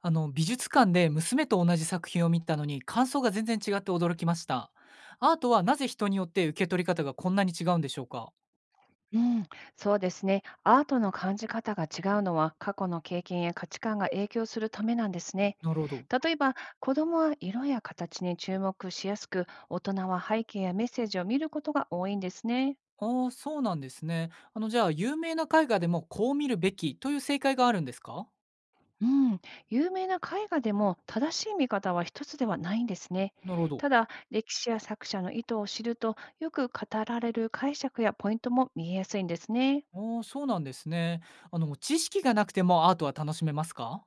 あの美術館で娘と同じ作品を見たのに感想が全然違って驚きました。アートはなぜ人によって受け取り方がこんなに違うんでしょうか。うん、そうですね。アートの感じ方が違うのは過去の経験や価値観が影響するためなんですね。なるほど。例えば子供は色や形に注目しやすく、大人は背景やメッセージを見ることが多いんですね。ああ、ーそうなんですね。じゃあ有名な絵画でもこう見るべきという正解があるんですか。うん、有名な絵画でも正しい見方は一つではないんですね。なるほど。ただ、歴史や作者の意図を知ると、よく語られる解釈やポイントも見えやすいんですね。ああ、ーそうなんですね。あの、知識がなくてもアートは楽しめますか。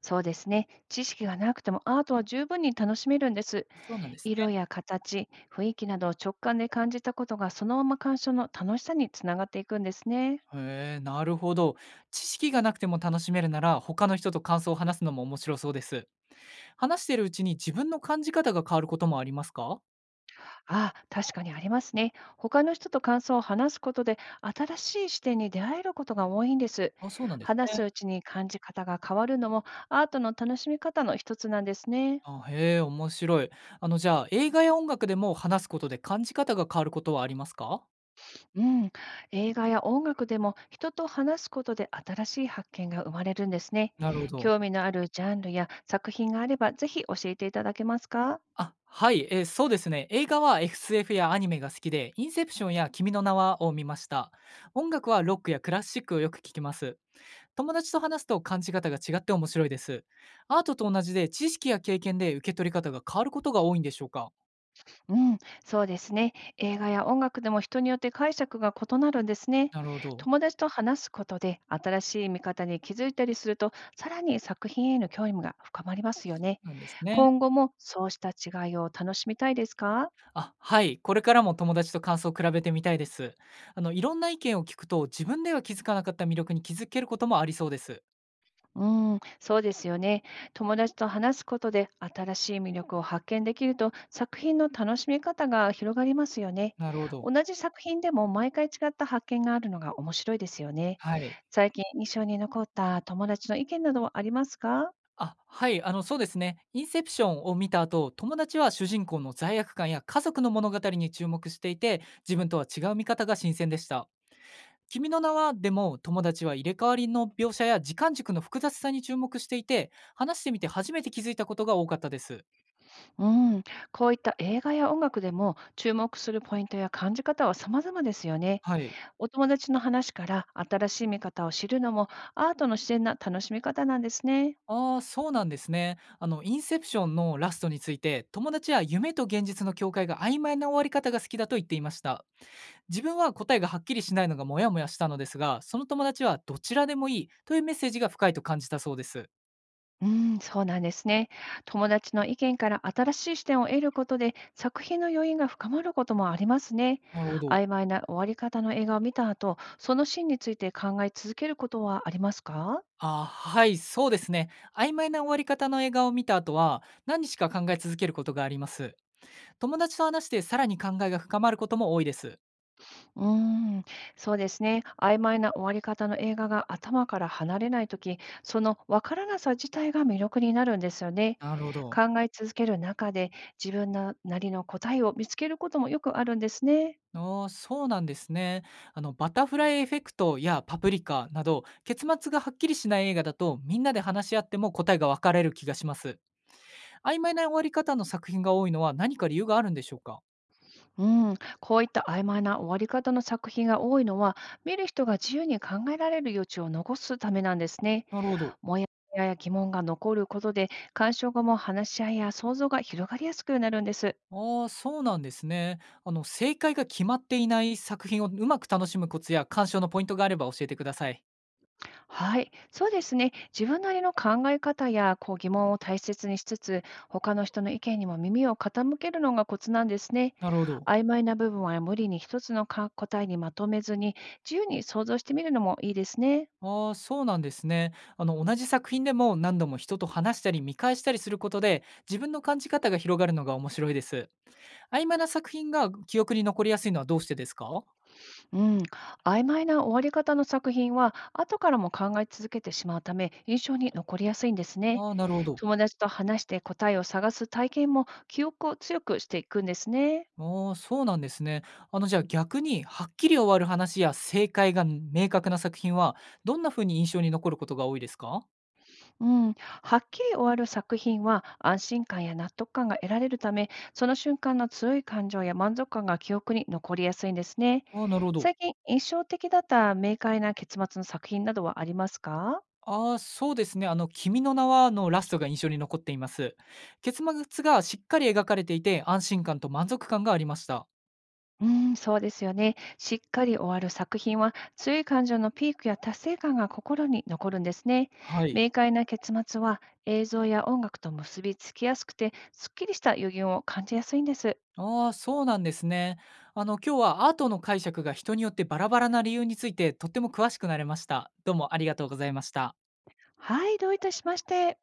そうですね。知識がなくてもアートは十分に楽しめるんです。そうなんですね。色や形、雰囲気などを直感で感じたことがそのまま鑑賞の楽しさにつながっていくんですね。へえ、なるほど。知識がなくても楽しめるなら他の人と感想を話すのも面白そうです。話しているうちに自分の感じ方が変わることもありますか。ああ、確かにありますね。他の人と感想を話すことで新しい視点に出会えることが多いんです。あ、そうなんです話ね。すうちに感じ方が変わるのもアートの楽しみ方の一つなんですね。あ、へえ、面白い。あの、じゃあ、映画や音楽でも話すことで感じ方が変わることはありますか？うん、映画や音楽でも人と話すことで新しい発見が生まれるんですね。なるほど。興味のあるジャンルや作品があればぜひ教えていただけますか？あ、はい、そうですね。映画は SF やアニメが好きで、インセプションや君の名はを見ました。音楽はロックやクラシックをよく聞きます。友達と話すと感じ方が違って面白いです。アートと同じで、知識や経験で受け取り方が変わることが多いんでしょうか？うん、そうですね。映画や音楽でも人によって解釈が異なるんですね。なるほど。友達と話すことで新しい見方に気づいたりすると、さらに作品への興味が深まりますよね。なんですね。今後もそうした違いを楽しみたいですか？あ、はい。これからも友達と感想を比べてみたいです。あの、いろんな意見を聞くと、自分では気づかなかった魅力に気づけることもありそうです。うん、そうですよね。友達と話すことで新しい魅力を発見できると作品の楽しみ方が広がりますよね。なるほど。同じ作品でも毎回違った発見があるのが面白いですよね。はい。最近印象に残った友達の意見などはありますか？あ、はい。あの、そうですね。インセプションを見た後、友達は主人公の罪悪感や家族の物語に注目していて、自分とは違う見方が新鮮でした。君の名はでも友達は入れ替わりの描写や時間軸の複雑さに注目していて、話してみて初めて気づいたことが多かったです。うん、こういった映画や音楽でも注目するポイントや感じ方は様々ですよね。はい。お友達の話から新しい見方を知るのもアートの自然な楽しみ方なんですね。ああ、そうなんですね。あの、インセプションのラストについて、友達は夢と現実の境界が曖昧な終わり方が好きだと言っていました。自分は答えがはっきりしないのがモヤモヤしたのですが、その友達はどちらでもいいというメッセージが深いと感じたそうです。うん、そうなんですね。友達の意見から新しい視点を得ることで作品の余韻が深まることもありますね。なるほど。曖昧な終わり方の映画を見た後、そのシーンについて考え続けることはありますか？ああ、はい、そうですね。曖昧な終わり方の映画を見た後は、何日か考え続けることがあります。友達と話してさらに考えが深まることも多いです。うーん、そうですね。曖昧な終わり方の映画が頭から離れないとき、そのわからなさ自体が魅力になるんですよね。なるほど。考え続ける中で自分ななりの答えを見つけることもよくあるんですね。ああ、そうなんですね。あの、バタフライエフェクトやパプリカなど、結末がはっきりしない映画だと、みんなで話し合っても答えが分かれる気がします。曖昧な終わり方の作品が多いのは何か理由があるんでしょうか。うん、こういった曖昧な終わり方の作品が多いのは、見る人が自由に考えられる余地を残すためなんですね。なるほど。もやもやや疑問が残ることで、鑑賞後も話し合いや想像が広がりやすくなるんです。ああ、そうなんですね。あの、正解が決まっていない作品をうまく楽しむコツや鑑賞のポイントがあれば教えてください。はい、そうですね。自分なりの考え方やこう疑問を大切にしつつ、他の人の意見にも耳を傾けるのがコツなんですね。なるほど。曖昧な部分は無理に一つのか答えにまとめずに、自由に想像してみるのもいいですね。ああ、そうなんですね。あの、同じ作品でも何度も人と話したり見返したりすることで、自分の感じ方が広がるのが面白いです。曖昧な作品が記憶に残りやすいのはどうしてですか？うん、曖昧な終わり方の作品は後からも考え続けてしまうため印象に残りやすいんですね。ああ、なるほど。友達と話して答えを探す体験も記憶を強くしていくんですね。ああ、そうなんですね。あの、じゃあ、逆にはっきり終わる話や正解が明確な作品は、どんな風に印象に残ることが多いですか？うん、はっきり終わる作品は安心感や納得感が得られるためその瞬間の強い感情や満足感が記憶に残りやすいんですね。ああ、なるほど。最近印象的だった明快な結末の作品などはありますか？ああ、そうですね。あの、君の名は、のラストが印象に残っています。結末がしっかり描かれていて、安心感と満足感がありました。うーん、そうですよね。しっかり終わる作品は、強い感情のピークや達成感が心に残るんですね。はい。明快な結末は、映像や音楽と結びつきやすくて、すっきりした余韻を感じやすいんです。ああ、そうなんですね。あの、今日はアートの解釈が人によってバラバラな理由についてとっても詳しくなれました。どうもありがとうございました。はい、どういたしまして。